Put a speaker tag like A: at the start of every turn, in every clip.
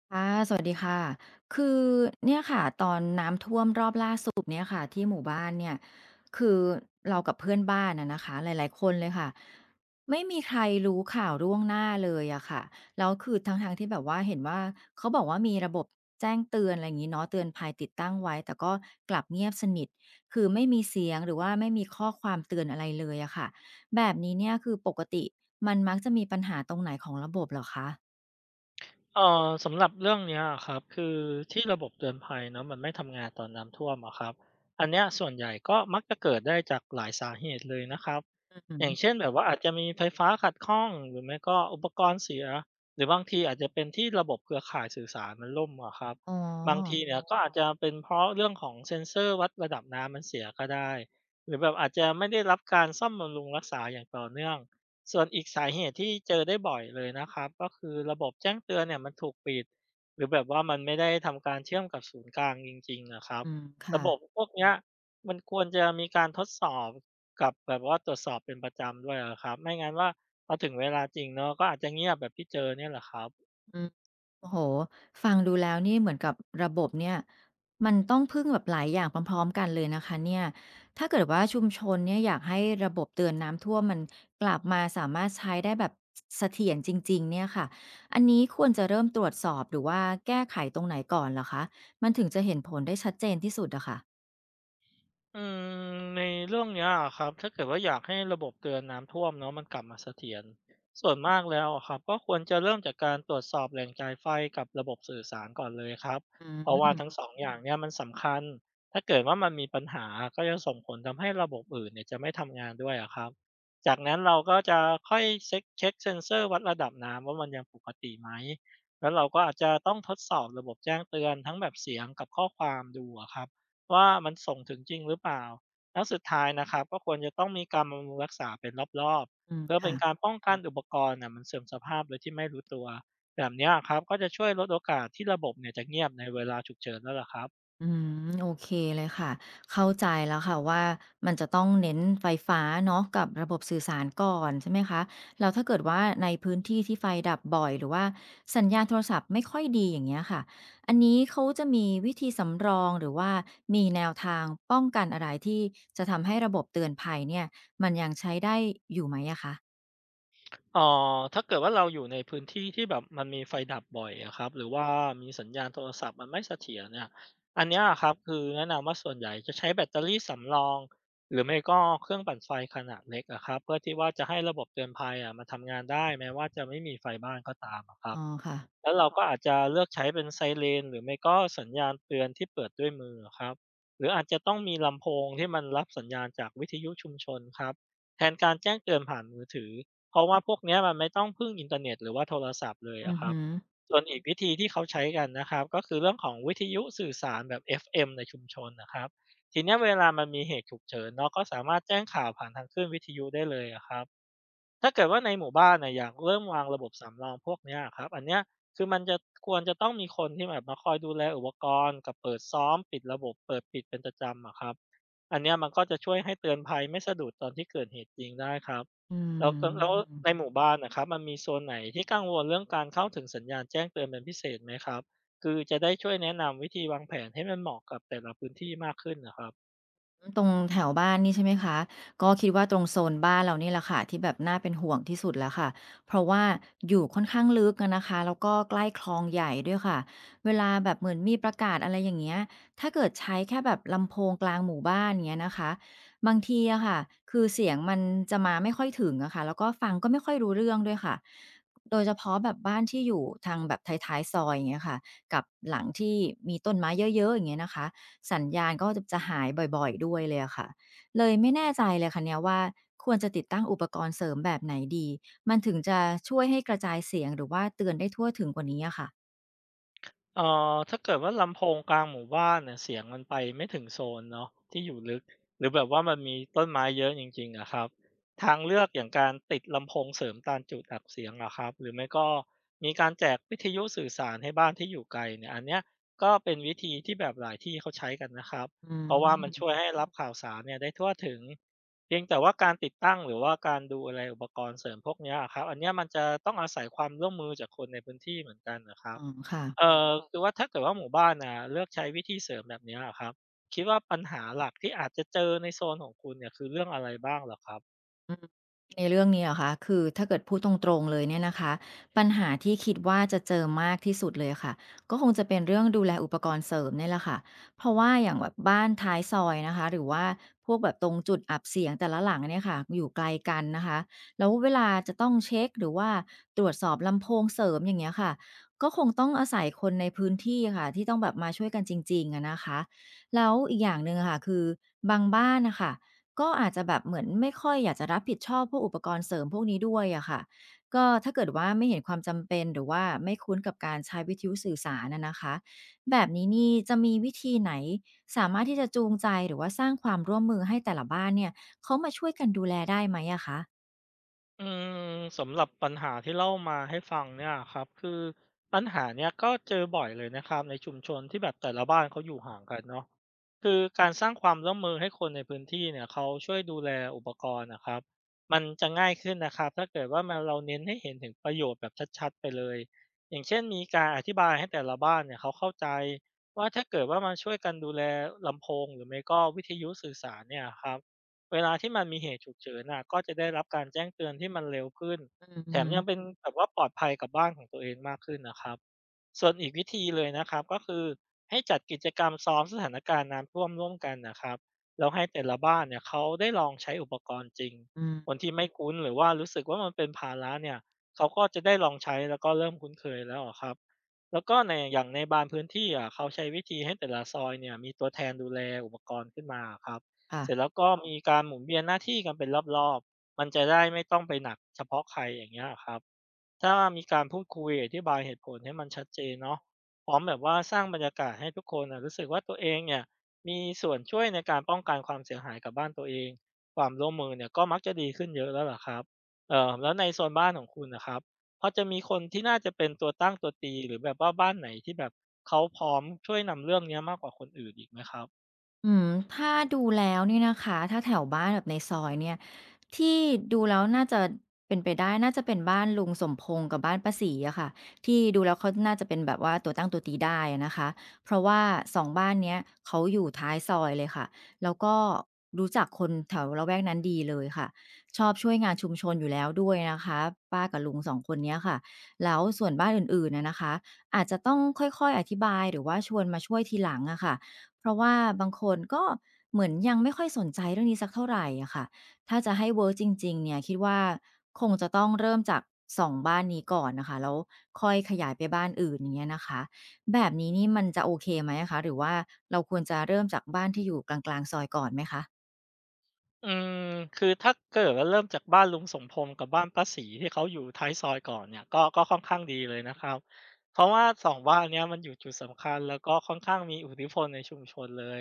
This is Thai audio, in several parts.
A: ค่ะสวัสดีค่ะคือเนี่ยค่ะตอนน้ำท่วมรอบล่าสุดเนี่ยค่ะที่หมู่บ้านเนี่ยคือเรากับเพื่อนบ้านอะนะคะหลายๆคนเลยค่ะไม่มีใครรู้ข่าวล่วงหน้าเลยอะค่ะแล้วคือทั้งๆที่แบบว่าเห็นว่าเขาบอกว่ามีระบบแจ้งเตือนอะไรอย่างงี้เนาะเตือนภัยติดตั้งไว้แต่ก็กลับเงียบสนิทคือไม่มีเสียงหรือว่าไม่มีข้อความเตือนอะไรเลยอะค่ะแบบนี้เนี่ยคือปกติมันมักจะมีปัญหาตรงไหนของระบบเหรอคะ
B: สำหรับเรื่องเนี้ยอะครับคือที่ระบบเตือนภัยเนาะมันไม่ทำงานตอนน้ำท่วมอะครับอันเนี้ยส่วนใหญ่ก็มักจะเกิดได้จากหลายสาเหตุเลยนะครับ
A: อือฮึ
B: อย่างเช่นแบบว่าอาจจะมีไฟฟ้าขัดข้องหรือไม่ก็อุปกรณ์เสียหรือบางทีอาจจะเป็นที่ระบบเครือข่ายสื่อสารมันล่มอะครับ
A: อ๋อ
B: บางทีเนี่ยก็อาจจะเป็นเพราะเรื่องของเซ็นเซอร์วัดระดับน้ำมันเสียก็ได้หรือแบบอาจจะไม่ได้รับการซ่อมบำรุงรักษาอย่างต่อเนื่อง ส่วนอีกสาเหตุที่เจอได้บ่อยเลยนะครับก็คือระบบแจ้งเตือนเนี่ยมันถูกปิดหรือแบบว่ามันไม่ได้ทำการเชื่อมกับศูนย์กลางจริงๆนะครับ
A: อืมค่ะ
B: ระบบพวกเนี้ยมันควรจะมีการทดสอบกับแบบว่าตรวจสอบเป็นประจำด้วยอะครับไม่งั้นว่าพอถึงเวลาจริงเนาะก็อาจจะเงียบแบบที่เจอเนี่ยแหละครับ
A: อืมโอ้โฮฟังดูแล้วนี่เหมือนกับระบบเนี่ยมันต้องพึ่งแบบหลายอย่างพร้อมๆกันเลยนะคะเนี่ยถ้าเกิดว่าชุมชนเนี่ยอยากให้ระบบเตือนน้ำท่วมมันกลับมาสามารถใช้ได้แบบเสถียรจริงๆเนี่ยค่ะอันนี้ควรจะเริ่มตรวจสอบหรือว่าแก้ไขตรงไหนก่อนเหรอคะ มันถึงจะเห็นผลได้ชัดเจนที่สุดอะค่ะ
B: อืมในเรื่องเนี้ยอะครับถ้าเกิดว่าอยากให้ระบบเตือนน้ำท่วมเนาะมันกลับมาเสถียรส่วนมากแล้วอะครับก็ควรจะเริ่มจากการตรวจสอบแหล่งจ่ายไฟกับระบบสื่อสารก่อนเลยครับ
A: อื
B: เพราะว่าทั้งส
A: ม
B: องอย่างมเนี่ยมันสำคัญถ้าเกิดว่ามันมีปัญหาก็จะส่งผลทำให้ระบบอื่นเนี่ยจะไม่ทำงานด้วยอะครับจากนั้นเราก็จะค่อยเช็คเซ็นเซอร์วัดระดับน้ำว่ามันยังปกติไหมแล้วเราก็อาจจะต้องทดสอบระบบแจ้งเตือนทั้งแบบเสียงกับข้อความดูอะครับ ว่ามันส่งถึงจริงหรือเปล่า แล้วสุดท้ายนะครับก็ควรจะต้องมีการบำรุงรักษาเป็นรอบ
A: อืม
B: ๆเพื่อเป็
A: ค่ะ
B: นการป้องกันอุปกรณ์น่ะมันเสื่อมสภาพโดยที่ไม่รู้ตัวแบบเนี้ยครับก็จะช่วยลดโอกาสที่ระบบเนี่ยจะเงียบในเวลาฉุกเฉินแล้วล่ะครับ
A: อืมโอเคเลยค่ะเข้าใจแล้วค่ะว่ามันจะต้องเน้นไฟฟ้าเนาะกับระบบสื่อสารก่อนใช่ไหมคะแล้วถ้าเกิดว่าในพื้นที่ที่ไฟดับบ่อยหรือว่าสัญญาณโทรศัพท์ไม่ค่อยดีอย่างเงี้ยค่ะอันนี้เขาจะมีวิธีสำรองหรือว่ามีแนวทางป้องกันอะไรที่จะทำให้ระบบเตือนภัยเนี่ยมันยังใช้ได้อยู่ไหมอะคะ
B: เอ่ถ้าเกิดว่าเราอยู่ในพื้นที่ที่แบบมันมีไฟดับบ่อยอะครับหรือว่ามีสัญญาณโทรศัพท์มันไม่เสถียรเนี่ยอันเนี้ยครับคือแนะนำว่าส่วนใหญ่จะใช้แบตเตอรี่สำรอง หรือไม่ก็เครื่องปั่นไฟขนาดเล็กอะครับเพื่อที่ว่าจะให้ระบบเตือนภัยอะมันทำงานได้แม้ว่าจะไม่มีไฟบ้านก็ตามอะครั
A: อ๋
B: บ
A: อค่ะ
B: แล้วเราก็อาจจะเลือกใช้เป็นไซเรนหรือไม่ก็สัญญาณเตือนที่เปิดด้วยมือครับหรืออาจจะต้องมีลำโพงที่มันรับสัญญาณจากวิทยุชุมชนครับแทนการแจ้งเตือนผ่านมือถือเพราะว่าพวกเนี้ยมันไม่ต้องพึ่งอินเทอร์เน็ตหรือว่าโทรศัพท์เลย
A: อื
B: อะ
A: อ
B: ครับ
A: ฮึ
B: ส่วนอีกวิธีที่เขาใช้กันนะครับก็คือเรื่องของวิทยุสื่อสารแบบ FM ในชุมชนนะครับทีเนี้ยเวลามันมีเหตุฉุกเฉินเนาะก็สามารถแจ้งข่าวผ่านทางคลื่นวิทยุได้เลยอะครับ ถ้าเกิดว่าในหมู่บ้านเน่ะอยากเริ่มวางระบบสำรองพวกเนี้ยครับอันเนี้ยคือมันจะควรจะต้องมีคนที่แบบมาคอยดูแลอุปกรณ์กับเปิดซ้อมปิดระบบเปิดปิดเป็นประจำอะครับอันเนี้ยมันก็จะช่วยให้เตือนภัยไม่สะดุดตอนที่เกิดเหตุจริงได้ครับ
A: อื
B: แล้วก็แล้ว
A: ม
B: ในหมู่บ้านนะครับมันมีโซนไหนที่กังวลเรื่องการเข้าถึงสัญญาณแจ้งเตือนเป็นพิเศษไหมครับคือจะได้ช่วยแนะนำวิธีวางแผนให้มันเหมาะกับแต่ละพื้นที่มากขึ้นนะครับ
A: ตรงแถวบ้านนี่ใช่ไหมคะก็คิดว่าตรงโซนบ้านเรานี่แหละค่ะที่แบบน่าเป็นห่วงที่สุดแล้วค่ะเพราะว่าอยู่ค่อนข้างลึกอะนะคะแล้วก็ใกล้คลองใหญ่ด้วยค่ะเวลาแบบเหมือนมีประกาศอะไรอย่างเงี้ยถ้าเกิดใช้แค่แบบลำโพงกลางหมู่บ้านเงี้ยนะคะบางทีอะค่ะคือเสียงมันจะมาไม่ค่อยถึงอะค่ะแล้วก็ฟังก็ไม่ค่อยรู้เรื่องด้วยค่ะโดยเฉพาะแบบบ้านที่อยู่ทางแบบท้ายๆซอยอย่างเงี้ยค่ะกับหลังที่มีต้นไม้เยอะๆอย่างเงี้ยนะคะ สัญญาณก็จะหายบ่อยๆด้วยเลยอะค่ะเลยไม่แน่ใจเลยค่ะเนี่ยว่าควรจะติดตั้งอุปกรณ์เสริมแบบไหนดีมันถึงจะช่วยให้กระจายเสียงหรือว่าเตือนได้ทั่วถึงกว่านี้อะค่ะ
B: เอ่ถ้าเกิดว่าลำโพงกลางหมู่บ้านเนี่ยเสียงมันไปไม่ถึงโซนเนาะที่อยู่ลึกหรือแบบว่ามันมีต้นไม้เยอะจริงๆอะครับทางเลือกอย่างการติดลำโพงเสริมตามจุดอับเสียงอะครับหรือไม่ก็มีการแจกวิทยุสื่อสารให้บ้านที่อยู่ไกลเนี่ยอันเนี้ยก็เป็นวิธีที่แบบหลายที่เขาใช้กันนะครับ
A: อื
B: เพราะว่ามัน
A: ม
B: ช่วยให้รับข่าวสารเนี่ยได้ทั่วถึงเพียงแต่ว่าการติดตั้งหรือว่าการดูอะไรอุปกรณ์เสริมพวกเนี้ยอะครับอันเนี้ยมันจะต้องอาศัยความร่วมมือจากคนในพื้นที่เหมือนกันนะครั
A: อ๋
B: บ
A: อค่ะ
B: คือว่าถ้าเกิดว่าหมู่บ้านน่ะเลือกใช้วิธีเสริมแบบเนี้ยอะครับคิดว่าปัญหาหลักที่อาจจะเจอในโซนของคุณเนี่ยคือเรื่องอะไรบ้างเหรอครับ
A: ในเรื่องนี้เหรอคะคือถ้าเกิดพูดตรงๆเลยเนี่ยนะคะปัญหาที่คิดว่าจะเจอมากที่สุดเลยค่ะก็คงจะเป็นเรื่องดูแลอุปกรณ์เสริมเนี่ยแหละค่ะเพราะว่าอย่างแบบบ้านท้ายซอยนะคะหรือว่าพวกแบบตรงจุดอับเสียงแต่ละหลังเนี่ยค่ะอยู่ไกลกันนะคะแล้วเวลาจะต้องเช็คหรือว่าตรวจสอบลำโพงเสริมอย่างเงี้ยค่ะก็คงต้องอาศัยคนในพื้นที่ค่ะที่ต้องแบบมาช่วยกันจริงๆอะนะคะแล้วอีกอย่างหนึ่งอะค่ะคือบางบ้านน่ะค่ะ ก็อาจจะแบบเหมือนไม่ค่อยอยากจะรับผิดชอบพวกอุปกรณ์เสริมพวกนี้ด้วยอะค่ะก็ถ้าเกิดว่าไม่เห็นความจำเป็นหรือว่าไม่คุ้นกับการใช้วิทยุสื่อสารอะนะคะแบบนี้นี่จะมีวิธีไหนสามารถที่จะจูงใจหรือว่าสร้างความร่วมมือให้แต่ละบ้านเนี่ยเขามาช่วยกันดูแลได้ไหมอะคะ
B: อืมสำหรับปัญหาที่เล่ามาให้ฟังเนี่ยครับคือปัญหาเนี้ยก็เจอบ่อยเลยนะครับในชุมชนที่แบบแต่ละบ้านเขาอยู่ห่างกันเนาะคือการสร้างความร่วมมือให้คนในพื้นที่เนี่ยเขาช่วยดูแลอุปกรณ์นะครับมันจะง่ายขึ้นนะครับถ้าเกิดว่ามันเราเน้นให้เห็นถึงประโยชน์แบบชัดๆไปเลยอย่างเช่นมีการอธิบายให้แต่ละบ้านเนี่ยเขาเข้าใจว่าถ้าเกิดว่ามันช่วยกันดูแลลำโพงหรือไม่ก็วิทยุสื่อสารเนี่ยครับ เวลาที่มันมีเหตุฉุกเฉินน่ะก็จะได้รับการแจ้งเตือนที่มันเร็วขึ้น
A: อือ
B: แถ
A: ฮึ
B: มยังเป็นแบบว่าปลอดภัยกับบ้านของตัวเองมากขึ้นนะครับส่วนอีกวิธีเลยนะครับก็คือให้จัดกิจกรรมซ้อมสถานการณ์น้ำท่วมร่วมกันนะครับแล้วให้แต่ละบ้านเนี่ยเขาได้ลองใช้อุปกรณ์จริง
A: อืม
B: คนที่ไม่คุ้นหรือว่ารู้สึกว่ามันเป็นภาระเนี่ยเขาก็จะได้ลองใช้แล้วก็เริ่มคุ้นเคยแล้วอะครับแล้วก็ในอย่างในบางพื้นที่อ่ะเขาใช้วิธีให้แต่ละซอยเนี่ยมีตัวแทนดูแลอุปกรณ์ขึ้นมาครับ
A: ค่ะ
B: เสร็จแล้วก็มีการหมุนเวียนหน้าที่กันเป็นรอบๆมันจะได้ไม่ต้องไปหนักเฉพาะใครอย่างเงี้ยครับถ้ามีการพูดคุยอธิบายเหตุผลให้มันชัดเจนเนาะพร้อมแบบว่าสร้างบรรยากาศให้ทุกคนนะรู้สึกว่าตัวเองเนี่ยมีส่วนช่วยในการป้องกันความเสียหายกับบ้านตัวเอง ความร่วมมือเนี่ยก็มักจะดีขึ้นเยอะแล้วล่ะครับแล้วในโซนบ้านของคุณนะครับพอจะมีคนที่น่าจะเป็นตัวตั้งตัวตีหรือแบบว่าบ้านไหนที่แบบเขาพร้อมช่วยนำเรื่องเนี้ยมากกว่าคนอื่นอีกไหมครับ
A: อืมถ้าดูแล้วเนี่ยนะคะถ้าแถวบ้านแบบในซอยเนี่ยที่ดูแล้วน่าจะเป็นไปได้น่าจะเป็นบ้านลุงสมพงษ์กับบ้านป้าศรีอะค่ะที่ดูแล้วเขาน่าจะเป็นแบบว่าตัวตั้งตัวตีได้อะนะคะเพราะว่าสองบ้านเนี้ยเขาอยู่ท้ายซอยเลยค่ะแล้วก็รู้จักคนแถวละแวกนั้นดีเลยค่ะชอบช่วยงานชุมชนอยู่แล้วด้วยนะคะป้ากับลุงสองคนเนี้ยค่ะแล้วส่วนบ้านอื่นๆอะนะคะอาจจะต้องค่อยๆอธิบายหรือว่าชวนมาช่วยทีหลังอะค่ะ เพราะว่าบางคนก็เหมือนยังไม่ค่อยสนใจเรื่องนี้สักเท่าไรอะค่ะถ้าจะให้เวิร์กจริงๆเนี่ยคิดว่าคงจะต้องเริ่มจาก2บ้านนี้ก่อนนะคะแล้วค่อยขยายไปบ้านอื่นอย่างเงี้ยนะคะแบบนี้นี่มันจะโอเคไหมอะคะหรือว่าเราควรจะเริ่มจากบ้านที่อยู่กลางๆซอยก่อนไหมคะ
B: อืมคือถ้าเกิดว่าเริ่มจากบ้านลุงสมพงษ์กับบ้านป้าศรีที่เขาอยู่ท้ายซอยก่อนเนี่ยก็ค่อนข้างดีเลยนะครับเพราะว่าสองบ้านเนี้ยมันอยู่จุดสำคัญแล้วก็ค่อนข้างมีอิทธิพลในชุมชนเลย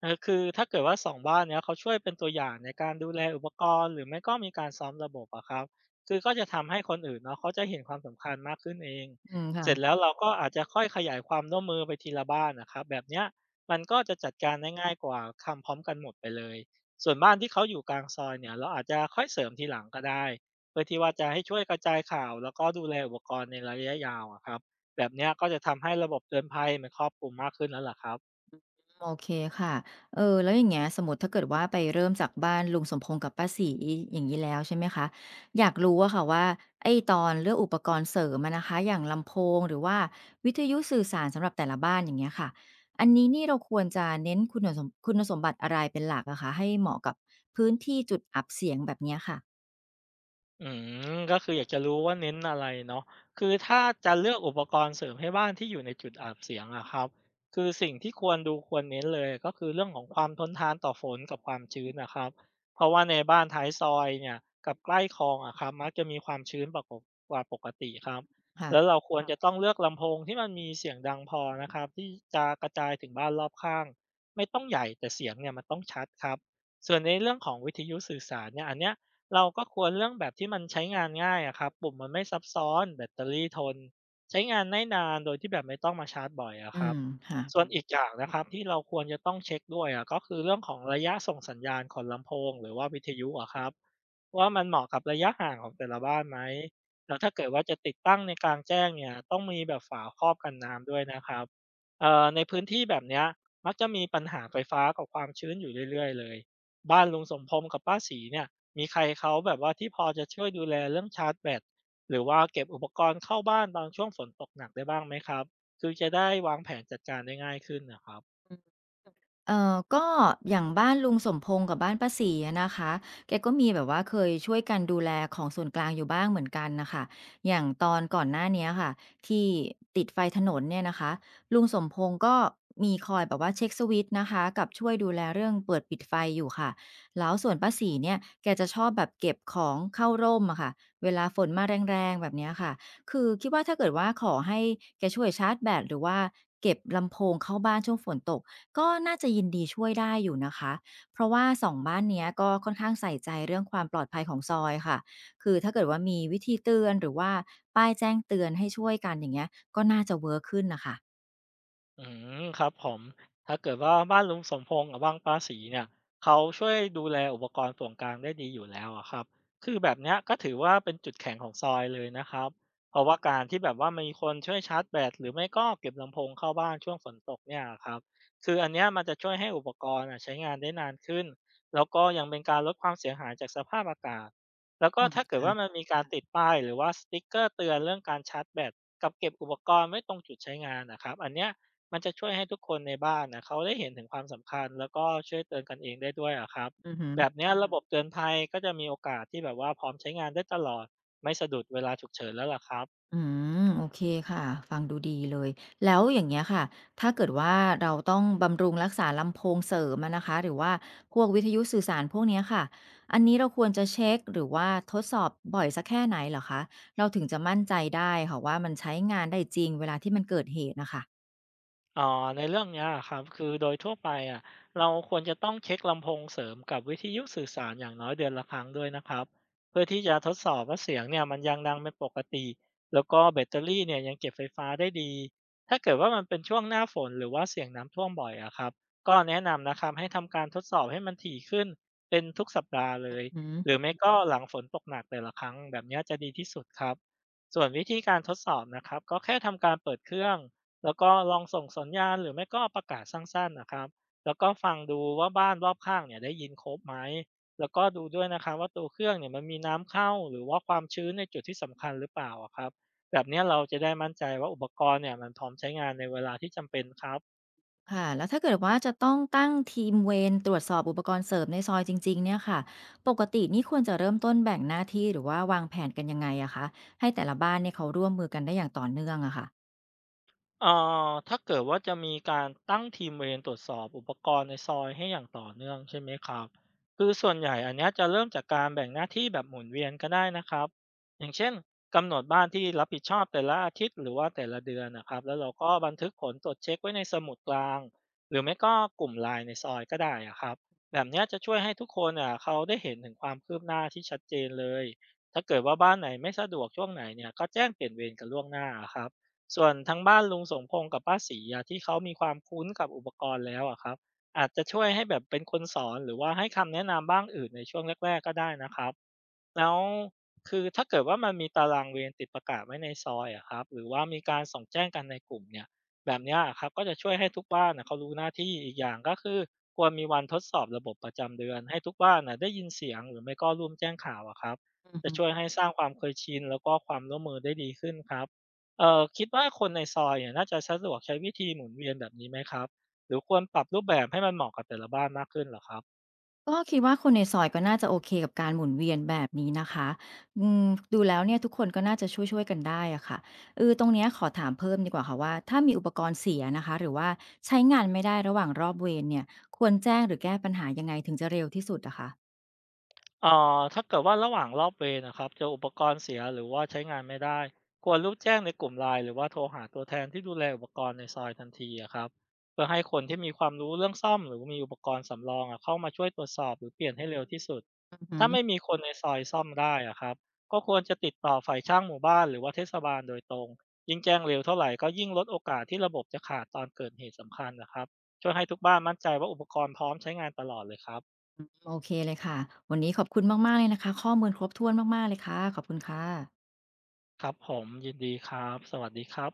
B: เออคือถ้าเกิดว่าสองบ้านเนี้ยเขาช่วยเป็นตัวอย่างในการดูแลอุปกรณ์หรือไม่ก็มีการซ้อมระบบอะครับคือก็จะทำให้คนอื่นเนาะเขาจะเห็นความสำคัญมากขึ้นเอง
A: อืม
B: เสร็จ
A: ค่ะ
B: แล้วเราก็อาจจะค่อยขยายความร่วมมือไปทีละบ้านนะครับแบบเนี้ยมันก็จะจัดการได้ง่ายกว่าทำพร้อมกันหมดไปเลย ส่วนบ้านที่เขาอยู่กลางซอยเนี่ยเราอาจจะค่อยเสริมทีหลังก็ได้เพื่อที่ว่าจะให้ช่วยกระจายข่าวแล้วก็ดูแลอุปกรณ์ในระยะยาวอะครับแบบเนี้ยก็จะทำให้ระบบเตือนภัยมันครอบคลุมมากขึ้นแล้วล่ะครับ
A: โอเคค่ะ เออ แล้วอย่างเงี้ยสมมุติถ้าเกิดว่าไปเริ่มจากบ้านลุงสมพงษ์กับป้าศรีอย่างงี้แล้วใช่ไหมคะอยากรู้อะค่ะว่าไอ้ตอนเลือกอุปกรณ์เสริมอะนะคะอย่างลำโพงหรือว่าวิทยุสื่อสารสำหรับแต่ละบ้านอย่างเงี้ยค่ะอันนี้นี่เราควรจะเน้นคุณสมบัติอะไรเป็นหลักอะคะให้เหมาะกับพื้นที่จุดอับเสียงแบบเนี้ยค่ะ
B: อืก็คืออยากจะรู้ว่าเน้นอะไรเนาะคือถ้าจะเลือกอุปกรณ์เสริมให้บ้านที่อยู่ในจุดอับเสียงอะครับคือสิ่งที่ควรดูควรเน้นเลยก็คือเรื่องของความทนทานต่อฝนกับความชื้นนะครับเพราะว่าในบ้านท้ายซอยเนี่ยกับใกล้คลองอะครับมักจะมีความชื้นปกกว่าปกติครับ
A: ค่ะ
B: แล้วเราควระจะต้องเลือกลำโพงที่มันมีเสียงดังพอนะครับที่จะกระจายถึงบ้านรอบข้างไม่ต้องใหญ่แต่เสียงเนี่ยมันต้องชัดครับส่วนในเรื่องของวิทยุสื่อสารเนี่ยอันเนี้ย เราก็ควรเรื่องแบบที่มันใช้งานง่ายอะครับปุ่มมันไม่ซับซ้อน แบตเตอรี่ทน ใช้งานได้นานโดยที่แบบไม่ต้องมาชาร์จบ่อยอะ
A: อื
B: ครั
A: ม
B: บ
A: ค่ะ
B: ส่วนอีกอย่างนะครับที่เราควรจะต้องเช็คด้วยอะก็คือเรื่องของระยะส่งสัญญาณของลำโพงหรือว่าวิทยุอะครับว่ามันเหมาะกับระยะห่างของแต่ละบ้านไหม แล้วถ้าเกิดว่าจะติดตั้งในกลางแจ้งเนี่ยต้องมีแบบฝาครอบกันน้ำด้วยนะครับในพื้นที่แบบเนี้ยมักจะมีปัญหาไฟฟ้ากับความชื้นอยู่เรื่อยๆเลยบ้านลุงสมพงษ์กับป้าสีเนี่ย มีใครเขาแบบว่าที่พอจะช่วยดูแลเรื่องชาร์จแบตหรือว่าเก็บอุปกรณ์เข้าบ้านตอนช่วงฝนตกหนักได้บ้างไหมครับคือจะได้วางแผนจัดการได้ง่ายขึ้นนะครับ
A: เออก็อย่างบ้านลุงสมพงษ์กับบ้านป้าศรีอะนะคะแกก็มีแบบว่าเคยช่วยกันดูแลของส่วนกลางอยู่บ้างเหมือนกันนะคะอย่างตอนก่อนหน้าเนี้ยค่ะที่ติดไฟถนนเนี่ยนะคะลุงสมพงษ์ก็มีคอยแบบว่าเช็คสวิตช์นะคะกับช่วยดูแลเรื่องเปิดปิดไฟอยู่ค่ะแล้วส่วนป้าศรีเนี่ยแกจะชอบแบบเก็บของเข้าร่มอะค่ะเวลาฝนมาแรงๆแบบเนี้ยค่ะคือคิดว่าถ้าเกิดว่าขอให้แกช่วยชาร์จแบตหรือว่าเก็บลำโพงเข้าบ้านช่วงฝนตก ก็น่าจะยินดีช่วยได้อยู่นะคะ เพราะว่าสองบ้านเนี้ยก็ค่อนข้างใส่ใจเรื่องความปลอดภัยของซอยค่ะ คือถ้าเกิดว่ามีวิธีเตือนหรือว่าป้ายแจ้งเตือนให้ช่วยกันอย่างเงี้ยก็น่าจะเวิร์กขึ้นนะคะ
B: อืมครับผมถ้าเกิดว่าบ้านลุงสมพงษ์กับบ้านป้าศรีเนี่ยเขาช่วยดูแลอุปกรณ์ส่วนกลางได้ดีอยู่แล้วอะครับคือแบบเนี้ยก็ถือว่าเป็นจุดแข็งของซอยเลยนะครับเพราะว่าการที่แบบว่ามีคนช่วยชาร์จแบตหรือไม่ก็เก็บลำโพงเข้าบ้านช่วงฝนตกเนี่ยครับคืออันเนี้ยมันจะช่วยให้อุปกรณ์อะใช้งานได้นานขึ้นแล้วก็ยังเป็นการลดความเสียหายจากสภาพอากาศแล้วก็
A: อืม
B: ถ้าเกิด
A: ค่ะ
B: ว่ามันมีการติดป้ายหรือว่าสติ๊กเกอร์เตือนเรื่องการชาร์จแบตกับเก็บอุปกรณ์ไว้ตรงจุดใช้งานนะครับอันเนี้ย มันจะช่วยให้ทุกคนในบ้านนะเขาได้เห็นถึงความสำคัญแล้วก็ช่วยเตือนกันเองได้ด้วยอะครับ
A: อือฮึ
B: แบบเนี้ยระมบบเตือนภัยก็จะมีโอกาสที่แบบว่าพร้อมใช้งานได้ตลอดไม่สะดุดเวลาฉุกเฉินแล้วล่ะครับ
A: อืมโอเคค่ะฟังดูดีเลยแล้วอย่างเงี้ยค่ะถ้าเกิดว่าเราต้องบำรุงรักษาลำโพงเสริมอะนะคะหรือว่าพวกวิทยุสื่อสารพวกเนี้ยค่ะอันนี้เราควรจะเช็คหรือว่าทดสอบบ่อยสักแค่ไหนเหรอคะเราถึงจะมั่นใจได้ค่ะว่ามันใช้งานได้จริงเวลาที่มันเกิดเหตุนะคะ
B: อ๋อในเรื่องเนี้ยครับคือโดยทั่วไปอะเราควรจะต้องเช็คลำโพงเสริมกับวิทยุสื่อสารอย่างน้อยเดือนละครั้งด้วยนะครับเพื่อที่จะทดสอบว่าเสียงเนี่ยมันยังดังเป็นปกติแล้วก็แบตเตอรี่เนี่ยยังเก็บไฟฟ้าได้ดีถ้าเกิดว่ามันเป็นช่วงหน้าฝนหรือว่าเสียงน้ำท่วมบ่อยอะครับก็แนะนำนะครับให้ทำการทดสอบให้มันถี่ขึ้นเป็นทุกสัปดาห์เลย
A: อืม
B: หรือไม่ก็หลังฝนตกหนักแต่ละครั้งแบบเนี้ยจะดีที่สุดครับส่วนวิธีการทดสอบนะครับก็แค่ทำการเปิดเครื่อง แล้วก็ลองส่งสัญญาณหรือไม่ก็ประกาศสั้นๆนะครับ แล้วก็ฟังดูว่าบ้านรอบข้างเนี่ยได้ยินครบไหม แล้วก็ดูด้วยนะครับว่าตัวเครื่องเนี่ยมันมีน้ำเข้าหรือว่าความชื้นในจุดที่สำคัญหรือเปล่าอะครับแบบเนี้ยเราจะได้มั่นใจว่าอุปกรณ์เนี่ยมันพร้อมใช้งานในเวลาที่จำเป็นครับ
A: ค่ะแล้วถ้าเกิดว่าจะต้องตั้งทีมเวรตรวจสอบอุปกรณ์เสริมในซอยจริงๆเนี่ยค่ะปกตินี่ควรจะเริ่มต้นแบ่งหน้าที่หรือว่าวางแผนกันยังไงอะคะให้แต่ละบ้านเนี่ยเขาร่วมมือกันได้อย่างต่อเนื่องอะค่ะ
B: เอ่ถ้าเกิดว่าจะมีการตั้งทีมเวรตรวจสอบอุปกรณ์ในซอยให้อย่างต่อเนื่องใช่ไหมครับคือส่วนใหญ่อันเนี้ยจะเริ่มจากการแบ่งหน้าที่แบบหมุนเวียนก็ได้นะครับอย่างเช่นกำหนดบ้านที่รับผิดชอบแต่ละอาทิตย์หรือว่าแต่ละเดือนนะครับแล้วเราก็บันทึกผลตรวจเช็คไว้ในสมุดกลางหรือไม่ก็กลุ่มไลน์ในซอยก็ได้อะครับแบบเนี้ยจะช่วยให้ทุกคนอ่ะเขาได้เห็นถึงความคืบหน้าที่ชัดเจนเลยถ้าเกิดว่าบ้านไหนไม่สะดวกช่วงไหนเนี่ยก็แจ้งเปลี่ยนเวรกันล่วงหน้าอะครับ ส่วนทั้งบ้านลุงสมพงษ์กับป้าศรีอะที่เขามีความคุ้นกับอุปกรณ์แล้วอะครับอาจจะช่วยให้แบบเป็นคนสอนหรือว่าให้คำแนะนำบ้างอื่นในช่วงแรกๆก็ได้นะครับแล้วคือถ้าเกิดว่ามันมีตารางเวรติดประกาศไว้ในซอยอะครับหรือว่ามีการส่งแจ้งกันในกลุ่มเนี่ยแบบเนี้ยอะครับก็จะช่วยให้ทุกบ้านนะเขารู้หน้าที่อีกอย่างก็คือควรมีวันทดสอบระบบประจำเดือนให้ทุกบ้านน่ะได้ยินเสียงหรือไม่ก็ร่วมแจ้งข่าวอะครับ
A: อือ
B: จะ
A: ฮึ
B: ช่วยให้สร้างความเคยชินแล้วก็ความร่วมมือได้ดีขึ้นครับ คิดว่าคนในซอยเนี่ยน่าจะสะดวกใช้วิธีหมุนเวียนแบบนี้ไหมครับหรือควรปรับรูปแบบให้มันเหมาะกับแต่ละบ้านมากขึ้นเหรอครับ
A: ก็คิดว่าคนในซอยก็น่าจะโอเคกับการหมุนเวียนแบบนี้นะคะอืมดูแล้วเนี่ยทุกคนก็น่าจะช่วยๆกันได้อะค่ะเออตรงเนี้ยขอถามเพิ่มดีกว่าค่ะว่าถ้ามีอุปกรณ์เสียนะคะหรือว่าใช้งานไม่ได้ระหว่างรอบเวรเนี่ยควรแจ้งหรือแก้ปัญหายังไงถึงจะเร็วที่สุดอะค
B: ถ้าเกิดว่าระหว่างรอบเวรอะครับเจออุปกรณ์เสียหรือว่าใช้งานไม่ได้ควรรูปแจ้งในกลุ่มไ i n ์หรือว่าโทรหาตัวแทนที่ดูแลอุปกรณ์ในซอยทันทีอะครับเพื่อให้คนที่มีความรู้เรื่องซ่อมหรือมีอุปกรณ์สำรองอะเข้ามาช่วยตรวจสอบหรือเปลี่ยนให้เร็วที่สุดถ้าไม่
A: ะ
B: มีคนในซอยซ่อมได้อะครับก็ควรจะติดต่อฝ่ายช่างหมู่บ้านหรือว่าเทศบาลโดยตรงยิ่งแจ้งเร็วเท่าไหร่ก็ยิ่งลดโอกาสที่ระบบจะขาดตอนเกิดเหตุสำคัญนะครับช่วยให้ทุกบ้านมั่นใจว่าอุปกรณ์พร้อมใช้งานตลอดเลยครับ
A: โอเคเลยค่ะ วันนี้ขอบคุณมากๆเลยนะคะ ข้อมูลครบถ้วนมากๆเลยค่ะ ขอบคุณค่ะ
B: ครับผมยินดีครับสวัสดีครับ